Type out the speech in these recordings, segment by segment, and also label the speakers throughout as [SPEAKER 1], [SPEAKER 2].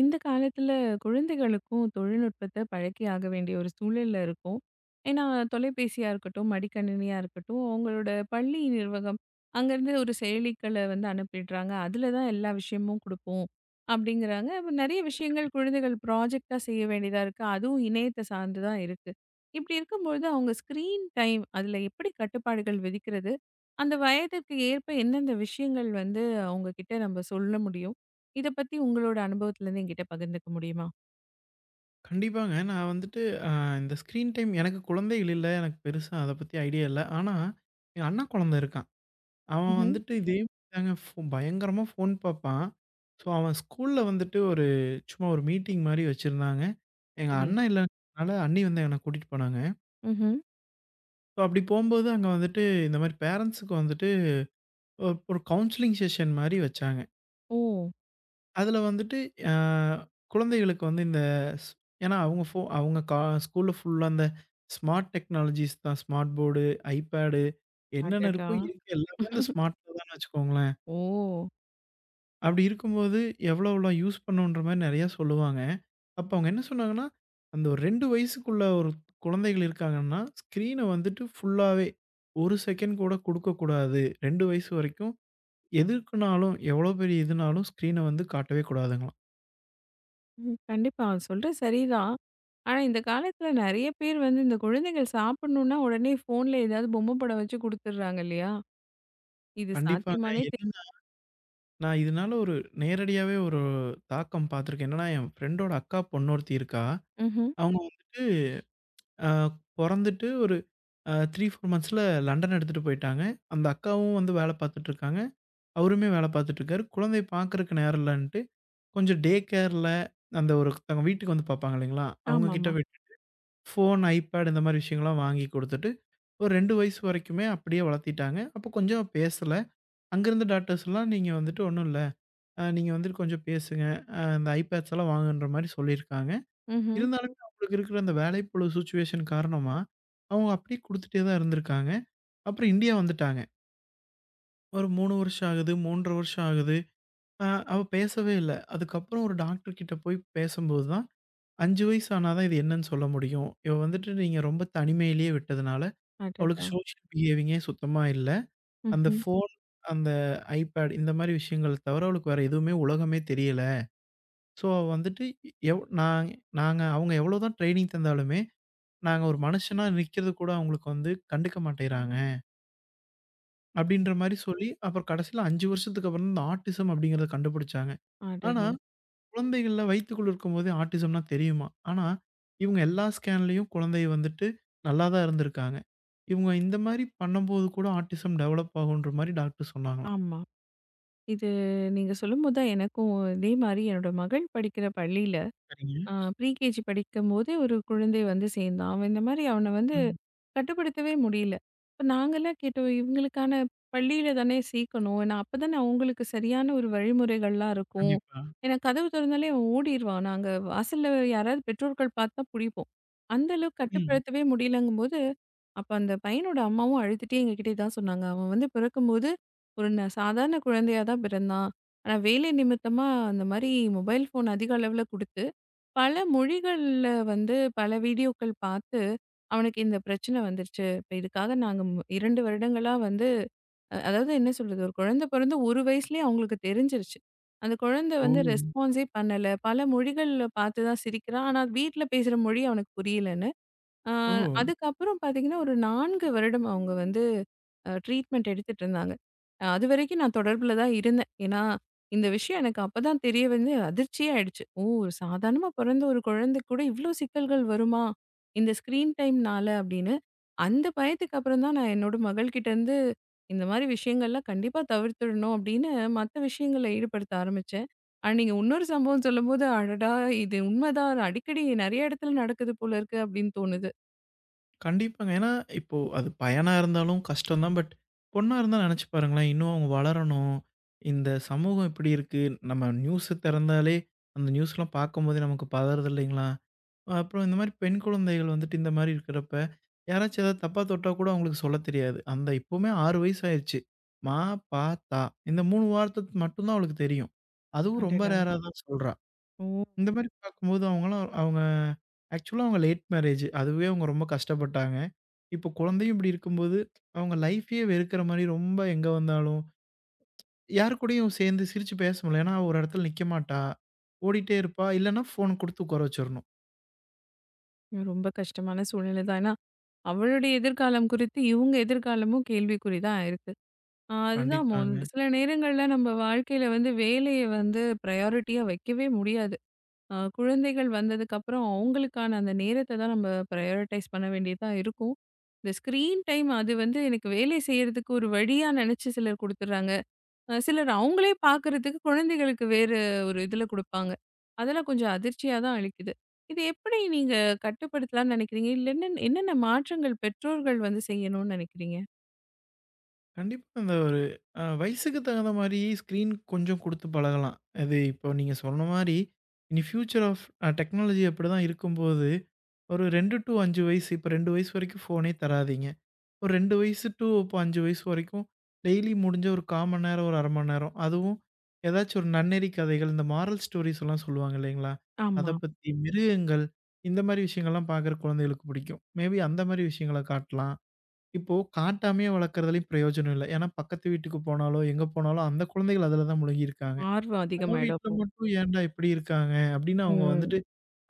[SPEAKER 1] இந்த காலத்துல குழந்தைகளுக்கும் தொழில்நுட்பத்த பழக்கி ஆக வேண்டிய ஒரு சூழல்ல இருக்கும். ஏன்னா, தொலைபேசியா இருக்கட்டும், மடிக்கணினியா இருக்கட்டும், அவங்களோட பள்ளி நிர்வாகம் அங்கேருந்து ஒரு செயலிகள வந்து அனுப்பிடுறாங்க. அதில தான் எல்லா விஷயமும் குடுப்போம் அப்படிங்கிறாங்க. அப்ப நெறைய விஷயங்கள் குழந்தைகள் ப்ராஜெக்ட்டா செய்ய வேண்டியதா இருக்கு. அதுவும் இணையத்த சார்ந்து தான் இருக்கு. இப்படி இருக்கும்பொழுது அவங்க ஸ்க்ரீன் டைம் அதில எப்படி கட்டுப்பாடுகள் விதிக்கிறது? அந்த வயதிற்கு ஏற்ப எந்தெந்த விஷயங்கள் வந்து அவங்க கிட்ட நம்ம சொல்ல முடியும்? இத பத்தி உங்களோட அனுபவத்துலருந்து என்கிட்ட பகிர்ந்துக்க முடியுமா?
[SPEAKER 2] கண்டிப்பாங்க. நான் வந்துட்டு அ இந்த ஸ்க்ரீன் டைம் எனக்கு குழந்தைகள் இல்ல. எனக்கு பெருசா அத பத்தி ஐடியா இல்ல. ஆனா, என் அண்ணா குழந்த இருக்கான். அவன்
[SPEAKER 1] ம்ஹ்ம்.
[SPEAKER 2] வந்துட்டு இதே தாங்க பயங்கரமா ஃபோன் பாப்பான். ஸோ, அவன் ஸ்கூல்ல வந்துட்டு சும்மா ஒரு மீட்டிங் மாரி வச்சிருந்தாங்க. எங்க
[SPEAKER 1] சரி.
[SPEAKER 2] அண்ணன் இல்லனால அண்ணி வந்து என்ன கூட்டிட்டு போனாங்க.
[SPEAKER 1] ம்ஹ்ம்.
[SPEAKER 2] ஸோ, அப்படி போம்போது அங்க வந்துட்டு இந்த மாரி பேரண்ட்ஸுக்கு வந்துட்டு ஒரு ஒரு கவுன்சிலிங் செஷன் மாரி வச்சாங்க.
[SPEAKER 1] ஓ!
[SPEAKER 2] அதில வந்துட்டு அ குழந்தைகளுக்கு வந்து இந்த ஸ் ஏன்னா அவங்க அவங்க ஸ்கூல்ல ஃபுல்லா அந்த ஸ்மார்ட் டெக்னாலஜிஸ் தான். ஸ்மார்ட் போர்டு, ஐபேடு என்னென்ன
[SPEAKER 1] அடடா!
[SPEAKER 2] இருக்கோ இருக்க எல்லாமே அந்த ஸ்மார்ட்ல தான்னு வச்சுக்கோங்களேன்.
[SPEAKER 1] ஓ!
[SPEAKER 2] அப்படி இருக்கும்போது எவ்வளோ எவ்வளோ யூஸ் பண்ணணுன்ற மாரி நெறையா சொல்லுவாங்க. அப்ப அவங்க என்ன சொன்னாங்கன்னா, அந்த ஒரு 2 வயசுக்குள்ள ஒரு குழந்தைகள் இருக்காங்கன்னா, ஸ்க்ரீன வந்துட்டு ஃபுல்லாவே 1 செகண்ட் கூட குடுக்கக்கூடாது. 2 வயசு வரைக்கும் எதுக்குனாலும் எவ்வளோ பெரிய இதுனாலும் ஸ்க்ரீன வந்து காட்டவே கூடாதுங்களாம்.
[SPEAKER 1] ம். கண்டிப்பா. சொல்றது சரிதான். ஆனா, இந்த காலத்துல நெறைய பேர் வந்து இந்த குழந்தைகள் சாப்பிடணும்னா, உடனே ஃபோன்ல ஏதாவது பொம்மை படம் வச்சு குடுத்துடுறாங்க இல்லையா? இது
[SPEAKER 2] கண்டிப்பாங்க
[SPEAKER 1] சாத்தியமானே
[SPEAKER 2] என்ன நான் இதனால ஒரு நேரடியாவே ஒரு தாக்கம் பார்த்துருக்கேன். என்னன்னா, என் ஃப்ரெண்டோட அக்கா பொண்ணு ஒருத்தி இருக்கா.
[SPEAKER 1] ம்ஹ்ம்.
[SPEAKER 2] அவங்க அ பொறந்துட்டு ஒரு 3, 4 மந்த்ஸ்ல லண்டன் எடுத்துட்டு போயிட்டாங்க. அந்த அக்காவும் வந்து வேலை பார்த்துட்டு இருக்காங்க. அவருமே வேலை பார்த்துட்டு இருக்காரு. குழந்தைய பார்க்கறக்கு நேரம் இல்லன்ட்டு, கொஞ்சம் டே கேர்ல அந்த ஒருத்தவங்க வீட்டுக்கு வந்து பார்ப்பாங்க இல்லைங்களா? அவங்க கிட்ட
[SPEAKER 1] ஆமாமா.
[SPEAKER 2] விட்டுட்டு ஃபோன், ஐபேட் இந்த மாரி விஷயங்கள்லாம் வாங்கி குடுத்துட்டு, ஒரு 2 வயசு வரைக்குமே அப்படியே வளர்த்திட்டாங்க. அப்போ கொஞ்சம் பேசல. அங்க இருந்த டாக்டர்ஸ்லாம் நீங்க வந்துட்டு ஒண்ணும் இல்ல. நீங்க வந்துட்டு கொஞ்சம் பேசுங்க. அந்த ஐபேட்ஸ் எல்லாம் வாங்குன்ற மாரி சொல்லியிருக்காங்க.
[SPEAKER 1] ம்ஹ்ம்.
[SPEAKER 2] இருந்தாலுமே அவங்களுக்கு இருக்கிற அந்த வேலைப்பளு சிச்சுவேஷன் காரணமா, அவங்க அப்படியே குடுத்துட்டே தான் இருந்திருக்காங்க. அப்புறம் இந்தியா வந்துட்டாங்க. ஒரு 3 வருஷம் ஆகுது, 3 1/2 வருஷம் ஆகுது. அ அவ பேசவே இல்ல. அதுக்கப்புறம் ஒரு டாக்டர் கிட்ட போய் பேசும்போது தான், 5 வயசு ஆனா தான் இது என்னன்னு சொல்ல முடியும். இவ வந்துட்டு நீங்க ரொம்ப தனிமையிலேயே விட்டதுனால, அவளுக்கு
[SPEAKER 1] அடடா!
[SPEAKER 2] சோஷியல் பிஹேவிங்கே சுத்தமா இல்ல. அந்த
[SPEAKER 1] ம்ஹ்ம்.
[SPEAKER 2] ஃபோன், அந்த ஐபேட் இந்த மாரி விஷயங்கள் தவிர அவளுக்கு வேற எதுவுமே உலகமே தெரியல. ஸோ வந்துட்டு எவ் நாங் நாங்க அவங்க எவ்வளோதான் ட்ரெய்னிங் தந்தாலுமே, நாங்க ஒரு மனுஷனா நிக்கிறது கூட அவங்களுக்கு வந்து கண்டுக்க மாட்டேங்கிறாங்க. அப்படின்ற மாரி சொல்லி, அப்புறம் கடைசியில 5 வருஷத்துக்கு அப்புறம் தான் இந்த ஆட்டிசம் அப்படிங்கிறத கண்டுபிடிச்சாங்க. ஆனா,
[SPEAKER 1] அடடா!
[SPEAKER 2] குழந்தைகள்ல வயித்துக்குள்ள இருக்கும்போதே ஆட்டிசம்னா தெரியுமா? ஆனா, இவங்க எல்லா ஸ்கேன்லயும் குழந்தை வந்துட்டு நல்லா தான் இருந்திருக்காங்க. இவங்க இந்த மாரி பண்ணும்போது கூட ஆட்டிசம் டெவலப் ஆகுன்ற மாரி டாக்டர் சொன்னாங்களாம்.
[SPEAKER 1] ஆமா. இது நீங்க சொல்லும்போது தான் எனக்கும் இதே மாரி என்னோட மகள் படிக்கிற பள்ளியில
[SPEAKER 2] சரிங்க.
[SPEAKER 1] ப்ரீகேஜி படிக்கும்போதே ஒரு குழந்தை வந்து சேர்ந்தான். அவன் இந்த மாரி அவன வந்து
[SPEAKER 2] ம்.
[SPEAKER 1] கட்டுப்படுத்தவே முடியல. இப்ப நாங்கலாம் கேட்டோம், இவங்களுக்கான பள்ளியில தானே சேர்க்கணும். ஏன்னா அப்பதானே அவங்களுக்கு சரியான ஒரு வழிமுறைகள்லாம் இருக்கும்.
[SPEAKER 2] கண்டிப்பா.
[SPEAKER 1] ஏன்னா கதவு தொறந்தாலே அவன் ஓடிருவான். நாங்க வாசல்ல யாராவது பெற்றோர்கள் பார்த்தா புடிப்போம். அந்த அளவுக்கு
[SPEAKER 2] ம்.
[SPEAKER 1] கட்டுப்படுத்தவே முடியலங்கும்போது, அப்ப அந்த பையனோட அம்மாவும் அழுதுட்டே எங்ககிட்ட இதான் சொன்னாங்க. அவன் வந்து பிறக்கும்போது ஒரு சாதாரண குழந்தையா தான் பிறந்தான். ஆனா வேலை நிமித்தமா அந்த மாரி மொபைல் ஃபோன் அதிக அளவுல குடுத்து பல மொழிகள்ல வந்து பல வீடியோக்கள் பார்த்து, அவனுக்கு இந்த பிரச்சனை வந்துருச்சு. இப்ப இதுக்காக நாங்க 2 வருடங்களா வந்து அதாவது என்ன சொல்றது? ஒரு குழந்தை பிறந்து 1 வயசுலயே அவங்களுக்கு தெரிஞ்சிருச்சு. அந்த குழந்தை
[SPEAKER 2] ஓ!
[SPEAKER 1] வந்து ரெஸ்பான்ஸே பண்ணல. பல மொழிகள்ல பார்த்து தான் சிரிக்கிறான். ஆனா வீட்ல பேசுற மொழி அவனுக்கு புரியலன்னு. ஆ,
[SPEAKER 2] ஓ!
[SPEAKER 1] அதுக்கப்புறம் பார்த்தீங்கன்னா, ஒரு 4 வருடம் அவங்க வந்து ட்ரீட்மெண்ட் எடுத்துட்டு இருந்தாங்க. அதுவரைக்கும் நான் தொடர்புல தான் இருந்தேன். ஏன்னா, இந்த விஷயம் எனக்கு அப்பதான் தெரிய வந்து அதிர்ச்சியா ஆயிடுச்சு. ஓ! ஒரு சாதாரணமா பிறந்த ஒரு குழந்தைக்கு கூட இவ்ளோ சிக்கல்கள் வருமா? இந்த ஸ்க்ரீன் டைம்னால அப்படின்னு. அந்த பயத்துக்கு அப்புறம் தான் நான் என்னோட மகள்கிட்ட இருந்து இந்த மாரி விஷயங்கள்லாம் கண்டிப்பா தவிர்த்துடணும் அப்படின்னு மத்த விஷயங்கள்ல ஈடுபடுத்த ஆரம்பிச்சேன். ஆனா, நீங்க இன்னொரு சம்பவம் சொல்லும்போது, அடடா! இது உண்மைதான். அடிக்கடி நெறைய இடத்துல நடக்குது போல இருக்கு அப்படின்னு தோணுது.
[SPEAKER 2] கண்டிப்பாங்க. ஏன்னா, இப்போ அது பையனா இருந்தாலும் கஷ்டம் தான். பட் பொண்ணா இருந்தா நெனச்சு பாருங்களேன், இன்னும் அவங்க வளரணும். இந்த சமூகம் எப்படி இருக்கு? நம்ம நியூஸ தெறந்தாலே, அந்த நியூஸ்லாம் பார்க்கும்போதே நமக்கு பதறுது இல்லைங்களா? அப்புறம் இந்த மாரி பெண் குழந்தைகள் வந்துட்டு இந்த மாரி இருக்கிறப்ப, யாராச்சும் ஏதாவது தப்பா தொட்டா கூட அவங்களுக்கு சொல்லத் தெரியாது. அந்த இப்பவுமே 6 வயசு ஆயிருச்சு. மா, பா, தா இந்த 3 வார்த்தை மட்டும் தான் அவளுக்கு தெரியும். அதுவும் ரொம்ப
[SPEAKER 1] அடடா!
[SPEAKER 2] ரேரா தான் சொல்றா.
[SPEAKER 1] ஓ!
[SPEAKER 2] இந்த மாரி பார்க்கும்போது அவங்கலாம் அவங்க ஆக்சுவலா அவங்க லேட் மேரேஜ். அதுவே அவங்க ரொம்ப கஷ்டப்பட்டாங்க. இப்போ குழந்தையும் இப்படி இருக்கும்போது, அவங்க லைஃபயே வெறுக்கிற மாரி ரொம்ப எங்க வந்தாலும், யார் கூடயும் சேர்ந்து சிரிச்சு பேச முடியல. ஏன்னா, அவ ஒரு இடத்துல நிக்க மாட்டா. ஓடிட்டே இருப்பா. இல்லன்னா ஃபோன் குடுத்து உட்கார வச்சிரணும்.
[SPEAKER 1] ரொம்ப கஷ்டமான சூழ்நிலை தான். ஏன்னா, அவளுடைய எதிர்காலம் குறித்து இவுங்க எதிர்காலமும் கேள்விக்குறி தான் இருக்கு. அதுதான் மொல்
[SPEAKER 2] கண்டிப்பாங்க.
[SPEAKER 1] சில நேரங்கள்ல நம்ம வாழ்க்கையில வந்து வேலைய வந்து ப்ரையாரிட்டியா வைக்கவே முடியாது. குழந்தைகள் வந்ததுக்கப்புறம் அவுங்களுக்கான அந்த நேரத்த தான் நம்ம ப்ரையாரிட்டைஸ் பண்ண வேண்டியதா இருக்கும். இந்த ஸ்க்ரீன் டைம் அது வந்து எனக்கு வேலை செய்றதுக்கு ஒரு வழியா நெனச்சு சிலர் குடுத்துடுறாங்க. சிலர் அவங்களே பார்க்கறதுக்கு குழந்தைகளுக்கு வேறு ஒரு இதுல குடுப்பாங்க. அதெல்லாம் கொஞ்சம் அதிர்ச்சியா தான் அளிக்குது. இது எப்படி நீங்க கட்டுப்படுத்தலாம்னு நினைக்கிறீங்க? இல்ல என்னென்ன என்னென்ன மாற்றங்கள் பெற்றோர்கள் வந்து செய்யணும்னு நினைக்கிறீங்க?
[SPEAKER 2] கண்டிப்பா அந்த ஒரு வயசுக்கு தகுந்த மாரி ஸ்க்ரீன் கொஞ்சம் குடுத்து பழகலாம். அது இப்போ நீங்க சொன்ன மாரி, இனி ஃபியூச்சர் ஆஃப் அ டெக்னாலஜி அப்படிதான் இருக்கும்போது, ஒரு 2 டூ 5 வயசு, இப்போ 2 வயசு வரைக்கும் ஃபோனே தராதீங்க. ஒரு 2 வயசு டூ இப்போ 5 வயசு வரைக்கும் டெய்லி முடிஞ்ச ஒரு 1/4 மணி நேரம், ஒரு 1/2 மணி நேரம். அதுவும் ஏதாச்சும் ஒரு நன்னெறி கதைகள், இந்த மாரல் ஸ்டோரீஸ் எல்லாம் சொல்லுவாங்க இல்லைங்களா? அத
[SPEAKER 1] ஆமா.
[SPEAKER 2] பத்தி, மிருகங்கள் இந்த மாரி விஷயங்கள்லாம் பார்க்குற குழந்தைகளுக்கு பிடிக்கும். மேபி அந்த மாரி விஷயங்கள காட்டலாம். இப்போ காட்டாமயே வளர்க்கறதுலயும் பிரயோஜனம் இல்ல. ஏன்னா பக்கத்து வீட்டுக்கு போனாலோ, எங்க போனாலும் அந்த குழந்தைகள் அதுல தான் முழுகி இருக்காங்க.
[SPEAKER 1] ஆர்வம்
[SPEAKER 2] நம்ம
[SPEAKER 1] அதிகமாயிடும்
[SPEAKER 2] வீட்ல
[SPEAKER 1] அப்போ.
[SPEAKER 2] மட்டும் ஏன்டா இப்படி இருக்காங்க? அப்படின்னு அவங்க
[SPEAKER 1] ம்.
[SPEAKER 2] வந்துட்டு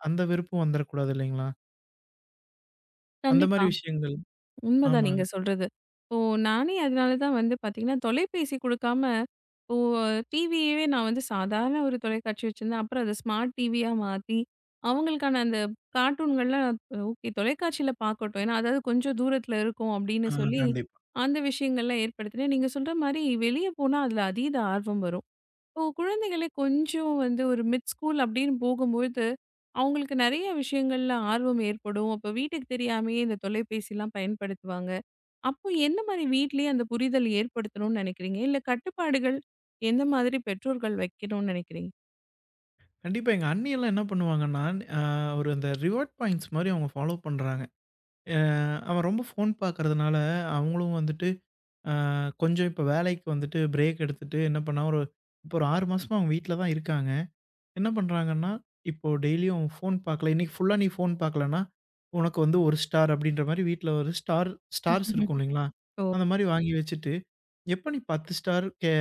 [SPEAKER 2] அந்த வெறுப்பும் வந்துரக்கூடாது இல்லைங்களா? அந்த மாரி
[SPEAKER 1] கண்டிப்பா.
[SPEAKER 2] விஷயங்கள்
[SPEAKER 1] உண்மைதான்
[SPEAKER 2] ஆமாங்க.
[SPEAKER 1] நீங்க சொல்றது. இப்போ நானே அதனால தான் வந்து பார்த்தீங்கன்னா, தொலைபேசி குடுக்காம இப்போ டிவியவே நான் வந்து சாதாரண ஒரு தொலைக்காட்சி வச்சிருந்தேன். அப்புறம் அத ஸ்மார்ட் டிவியா மாத்தி, அவங்களுக்கான அந்த கார்ட்டூன்கள்லாம் ஓகே தொலைக்காட்சியில பார்க்கட்டும். ஏன்னா, அதாவது கொஞ்சம் தூரத்தில இருக்கும் அப்படின்னு
[SPEAKER 2] ஆ
[SPEAKER 1] சொல்லி, ம்.
[SPEAKER 2] கண்டிப்பா.
[SPEAKER 1] அந்த விஷயங்கள்லாம் ஏற்படுத்தினேன். நீங்க சொல்ற மாரி வெளிய போனா அதில அதீத ஆர்வம் வரும். இப்போ குழந்தைகளே கொஞ்சம் வந்து ஒரு மிட் ஸ்கூல் அப்படின்னு போகும்போது, அவங்களுக்கு நெறைய விஷயங்கள்ல ஆர்வம் ஏற்படும். அப்போ வீட்டுக்கு தெரியாமயே இந்த தொலைபேசிலாம் பயன்படுத்துவாங்க. அப்போ எந்த மாரி வீட்லயே அந்த புரிதல் ஏற்படுத்தணும்னு நெனைக்கிறீங்க? இல்ல கட்டுப்பாடுகள் எந்த மாதிரி பெற்றோர்கள் வைக்கணும்னு நெனைக்கிறீங்க?
[SPEAKER 2] கண்டிப்பா. எங்க அண்ணியெல்லாம் என்ன பண்ணுவாங்கன்னா, அ ஒரு அந்த ரிவார்ட் பாயிண்ட்ஸ் மாரி அவங்க ஃபாலோ பண்றாங்க. அ அவன் ரொம்ப ஃபோன் பார்க்கறதுனால, அவங்களும் வந்துட்டு அ கொஞ்சம் இப்ப வேலைக்கு வந்துட்டு பிரேக் எடுத்துட்டு என்ன பண்ணா, இப்போ ஒரு 6 மாசமா அவங்க வீட்ல தான் இருக்காங்க. என்ன பண்றாங்கன்னா, இப்போ டெய்லியும் அவன் ஃபோன் பார்க்கல, இன்னைக்கு ஃபுல்லா நீ ஃபோன் பார்க்கலன்னா, உனக்கு வந்து 1 ஸ்டார் அப்படின்ற மாரி வீட்ல ஒரு ஸ்டார்ஸ் இருக்கும் இல்லைங்களா?
[SPEAKER 1] ஓ!
[SPEAKER 2] அந்த மாரி வாங்கி வச்சுட்டு, எப்ப நீ 10 ஸ்டார்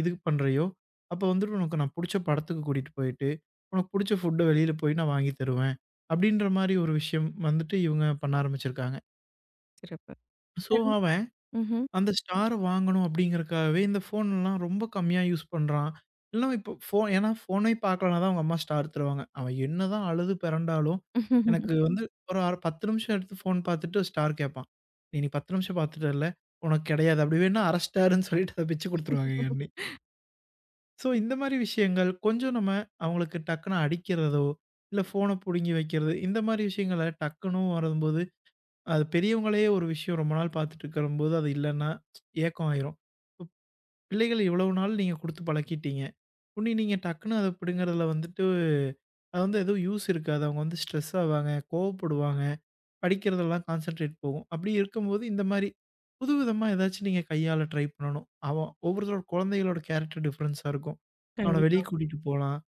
[SPEAKER 2] இது பண்றியோ, அப்ப வந்துட்டு உனக்கு நான் புடிச்ச படத்துக்கு கூட்டிட்டு போயிட்டு, உனக்கு புடிச்ச ஃபுட்ட வெளியில போய் நான் வாங்கி தருவேன். அப்படின்ற மாரி ஒரு விஷயம் வந்துட்டு இவங்க பண்ண ஆரம்பிச்சிருக்காங்க.
[SPEAKER 1] சிறப்பு.
[SPEAKER 2] ஸோ,
[SPEAKER 1] கண்
[SPEAKER 2] அவன்
[SPEAKER 1] ம்ஹ்ம்.
[SPEAKER 2] அந்த ஸ்டார வாங்கணும் அப்படிங்கிறக்காகவே இந்த ஃபோன்லாம் ரொம்ப கம்மியா யூஸ் பண்றான். இல்லனா இப்போ ஃபோன் ஏன்னா ஃபோனே பார்க்கலனா தான் அவங்க அம்மா ஸ்டார் தருவாங்க. அவன் என்னதான் அழுது பெரண்டாலும், எனக்கு வந்து ஒரு அர 10 நிமிஷம் எடுத்து ஃபோன் பார்த்துட்டு ஸ்டார் கேட்பான். "நீ இன்னைக்கு 10 நிமிஷம் பார்த்துட்டல்ல, உனக்கு கிடையாது. அப்படி வேணுனா அரை ஸ்டாருன்னு" சொல்லிட்டு அத பிச்சு குடுத்துருவாங்க எண்ணி. ஸோ இந்த மாரி விஷயங்கள் கொஞ்சம் நம்ம அவங்களுக்கு டக்குனு அடிக்கிறதோ, இல்ல ஃபோன புடுங்கி வைக்கிறது, இந்த மாரி விஷயங்கள டக்குனு வரும்போது, அது பெரியவங்களே ஒரு விஷயம் ரொம்ப நாள் பார்த்துட்டு இருக்கும்போது அது இல்லன்னா ஏக்கம் ஆயிரும். பிள்ளைகள் இவ்வளவு நாள் நீங்க குடுத்து பழக்கிட்டீங்க. உன்னி நீங்க டக்குனு அத பிடுங்குறதுல வந்துட்டு அது வந்து எதுவும் யூஸ் இருக்காது. அவங்க வந்து ஸ்ட்ரெஸ் ஆவாங்க, கோவப்படுவாங்க, படிக்கிறதெல்லாம் கான்சன்ட்ரேட் போகும். அப்படி இருக்கும்போது இந்த மாரி புதுவிதமா ஏதாச்சும் நீங்க கையாள ட்ரை பண்ணணும். அவன் ஒவ்வொருத்தரோட குழந்தைகளோட கேரக்டர் டிஃபரன்ஸா இருக்கும். அவன வெளிய
[SPEAKER 1] கண்டிப்பா.
[SPEAKER 2] கூட்டிட்டு போலாம்.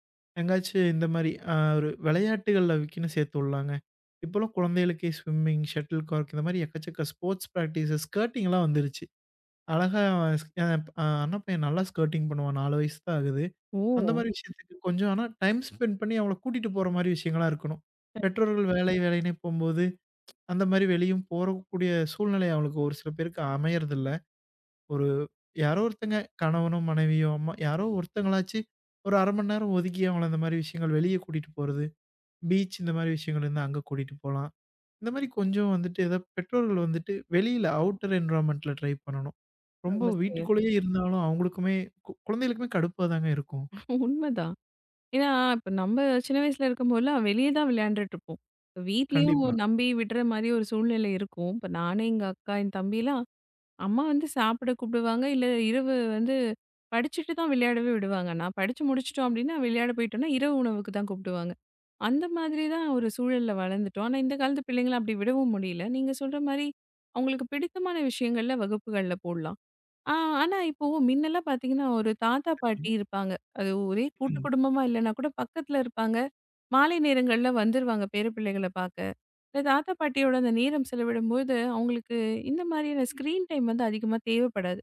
[SPEAKER 2] எங்காச்சும் இந்த மாரி ஒரு விளையாட்டுகள்ல விக்கின்னு சேர்த்து விடலாங்க. இப்போலாம் குழந்தைகளுக்கே ஸ்விம்மிங், ஷட்டில் கார்க் இந்த மாரி எக்கச்சக்க ஸ்போர்ட்ஸ் பிராக்டிஸஸ், ஸ்கர்ட்டிங்லாம் வந்துருச்சு. அழகா அவன் ஸ் அ அண்ணன் பையன் நல்லா ஸ்கர்ட்டிங் பண்ணுவான். 4 வயசு தான் ஆகுது. அந்த
[SPEAKER 1] ஓ!
[SPEAKER 2] மாரி விஷயத்துக்கு கொஞ்சம் ஆனா டைம் ஸ்பெண்ட் பண்ணி அவங்கள கூட்டிட்டு போற மாரி விஷயங்களா இருக்கணும். பெற்றோர்கள் வேலை வேலைன்னே போம்போது, அந்த மாரி வெளியும் போறக்கூடிய சூழ்நிலை அவங்களுக்கு ஒரு சில பேருக்கு அமையறதில்ல. ஒரு யாரோ ஒருத்தங்க கணவனோ, மனைவியோ, அம்மா யாரோ ஒருத்தங்களாச்சு ஒரு 1/2 மணி நேரம் ஒதுக்கி அவங்கள இந்த மாரி விஷயங்கள் வெளிய கூட்டிட்டு போறது. பீச் இந்த மாரி விஷயங்கள் இருந்தா அங்க கூட்டிட்டு போலாம். இந்த மாரி கொஞ்சம் வந்துட்டு ஏதோ பெற்றோர்கள் வந்துட்டு வெளியில அவுட்டர் என்விரான்மென்ட்ல ட்ரை பண்ணணும். ரொம்ப
[SPEAKER 1] ரொம்ப சரியா
[SPEAKER 2] வீட்டுக்குள்ளேயே இருந்தாலும் அவங்களுக்குமே குழந்தைகளுக்குமே கடுப்பா தாங்க இருக்கும்.
[SPEAKER 1] உண்மதான். ஏன்னா, இப்ப நம்ம சின்ன வயசுல இருக்கும்போதெல்லாம் வெளிய தான் விளையாண்டுட்டு இருப்போம். இப்ப வீட்லயும்
[SPEAKER 2] கண்டிப்பா.
[SPEAKER 1] நம்பி விடுற மாரி ஒரு சூழ்நிலை இருக்கும். இப்ப நானு, எங்க அக்கா, என் தம்பிலாம் அம்மா வந்து சாப்பிட கூப்பிடுவாங்க. இல்ல இரவு வந்து படிச்சுட்டு தான் விளையாடவே விடுவாங்க. நான் படிச்சு முடிச்சுட்டோம் அப்டின்னா, விளையாட போயிட்டோம்னா, இரவு உணவுக்கு தான் கூப்பிடுவாங்க. அந்த மாதிரி தான் ஒரு சூழல்ல வளர்ந்துட்டோம். ஆனா, இந்த காலத்து பிள்ளைங்கள அப்டி விடவும் முடியல. நீங்க சொல்ற மாரி அவங்களுக்கு பிடித்தமான விஷயங்கள்ல வகுப்புகள்ல போடலாம். ஆ, ஆனா இப்போ மின்னலாம் பார்த்தீங்கன்னா, ஒரு தாத்தா, பாட்டி இருப்பாங்க. அது ஒரே கூட்டு
[SPEAKER 2] ம்,
[SPEAKER 1] குடும்பமா இல்லன்னா கூட பக்கத்துல இருப்பாங்க. மாலை நேரங்கள்ல வந்துருவாங்க பேர பிள்ளைகள பாக்க. இந்த தாத்தா, பாட்டியோட அந்த நேரம் செலவிடும்போது, அவங்களுக்கு இந்த மாதிரியான ஸ்க்ரீன் டைம் வந்து அதிகமா தேவைப்படாது.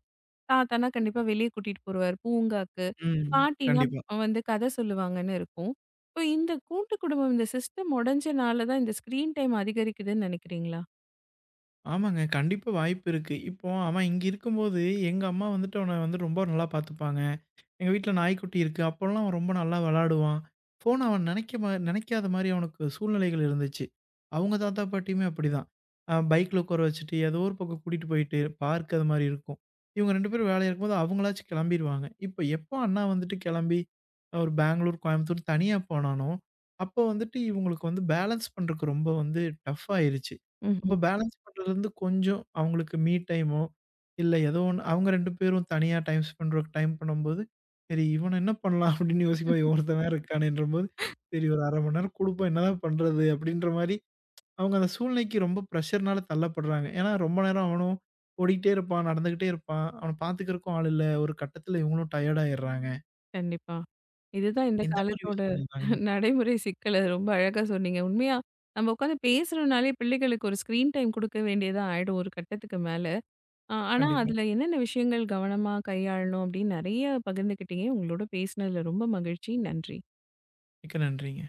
[SPEAKER 1] தாத்தானா கண்டிப்பா வெளிய கூட்டிட்டு போருவாரு பூங்காக்கு.
[SPEAKER 2] ம்.
[SPEAKER 1] பாட்டினா
[SPEAKER 2] கண்டிப்பா.
[SPEAKER 1] வந்து கதை சொல்லுவாங்கன்னு இருக்கும். இப்போ இந்த கூட்டு குடும்பம், இந்த சிஸ்டம் உடைஞ்சனால தான் இந்த ஸ்க்ரீன் டைம் அதிகரிக்குதுன்னு நினைக்கிறீங்களா?
[SPEAKER 2] ஆமாங்க. கண்டிப்பா வாய்ப்பு இருக்கு. இப்போ அவன் இங்க இருக்கும்போது, எங்க அம்மா வந்துட்டு அவன வந்து ரொம்ப நல்லா பார்த்துப்பாங்க. எங்க வீட்ல நாய்க்குட்டி இருக்கு. அப்போலாம் அவன் ரொம்ப நல்லா விளையாடுவான். ஃபோன் அவன் நெனைக்க நெனைக்காத மாரி அவனுக்கு சூழ்நிலைகள் இருந்துச்சு. அவங்க தாத்தா, பாட்டியுமே அப்படிதான். பைக்ல உட்கார வச்சுட்டு, ஏதோ ஒரு பக்கம் கூட்டிட்டு போயிட்டு, பார்க் அது மாரி இருக்கும். இவங்க 2 பேரும் வேலையா இருக்கும்போது அவங்களாச்சும் கிளம்பிருவாங்க. இப்ப எப்போ அண்ணா வந்துட்டு கிளம்பி ஒரு பெங்களூர், கோயம்புத்தூர் தனியா போனானோ, அப்போ வந்துட்டு இவங்களுக்கு வந்து பேலன்ஸ் பண்றதுக்கு ரொம்ப வந்து டஃப் ஆயிருச்சு. அப்போ
[SPEAKER 1] ம்ஹ்ம்.
[SPEAKER 2] பேலன்ஸ் பண்றதுலருந்து கொஞ்சம் அவங்களுக்கு மீ டைமோ, இல்ல ஏதோ ஒண்ணு அவங்க 2 பேரும் தனியா டைம் ஸ்பெண்ட் டைம் பண்ணும்போது, சரி, இவன என்ன பண்ணலாம் அப்படின்னு யோசிக்கும்போது, இவன் ஒருத்தன் வேற இருக்கானேன்றபோது, சரி ஒரு 1/2 மணி நேரம் குடுப்போம் என்னதான் பண்றது? அப்படின்ற மாரி, அவங்க அந்த சூழ்நிலைக்கு ரொம்ப பிரஷர்னால தள்ளப்படுறாங்க. ஏன்னா ரொம்ப நேரம் அவனும் ஓடிக்கிட்டே இருப்பான், நடந்துகிட்டே இருப்பான். அவன பார்த்துக்கிறக்கும் ஆள் இல்ல. ஒரு கட்டத்துல இவங்களும் டயர்ட் ஆயிடுறாங்க.
[SPEAKER 1] கண்டிப்பா. இதுதான் இந்த
[SPEAKER 2] இந்த மாரி
[SPEAKER 1] காலத்தோட
[SPEAKER 2] விஷயங்கள் தாங்க.
[SPEAKER 1] நடைமுறை சிக்கல். அது ரொம்ப அழகா சொன்னீங்க. உண்மையா நம்ம உட்காந்து பேசுறோம்னாலே பிள்ளைகளுக்கு ஒரு ஸ்க்ரீன் டைம் குடுக்க வேண்டியதா ஆயிடும் ஒரு கட்டத்துக்கு மேல. ஆனா
[SPEAKER 2] கண்டிப்பா.
[SPEAKER 1] அதுல என்னென்ன விஷயங்கள் கவனமா கையாளணும் அப்படின்னு நெறைய பகிர்ந்துக்கிட்டீங்க. உங்களோட பேசினதுல ரொம்ப மகிழ்ச்சி. நன்றி.
[SPEAKER 2] மிக்க நன்றிங்க.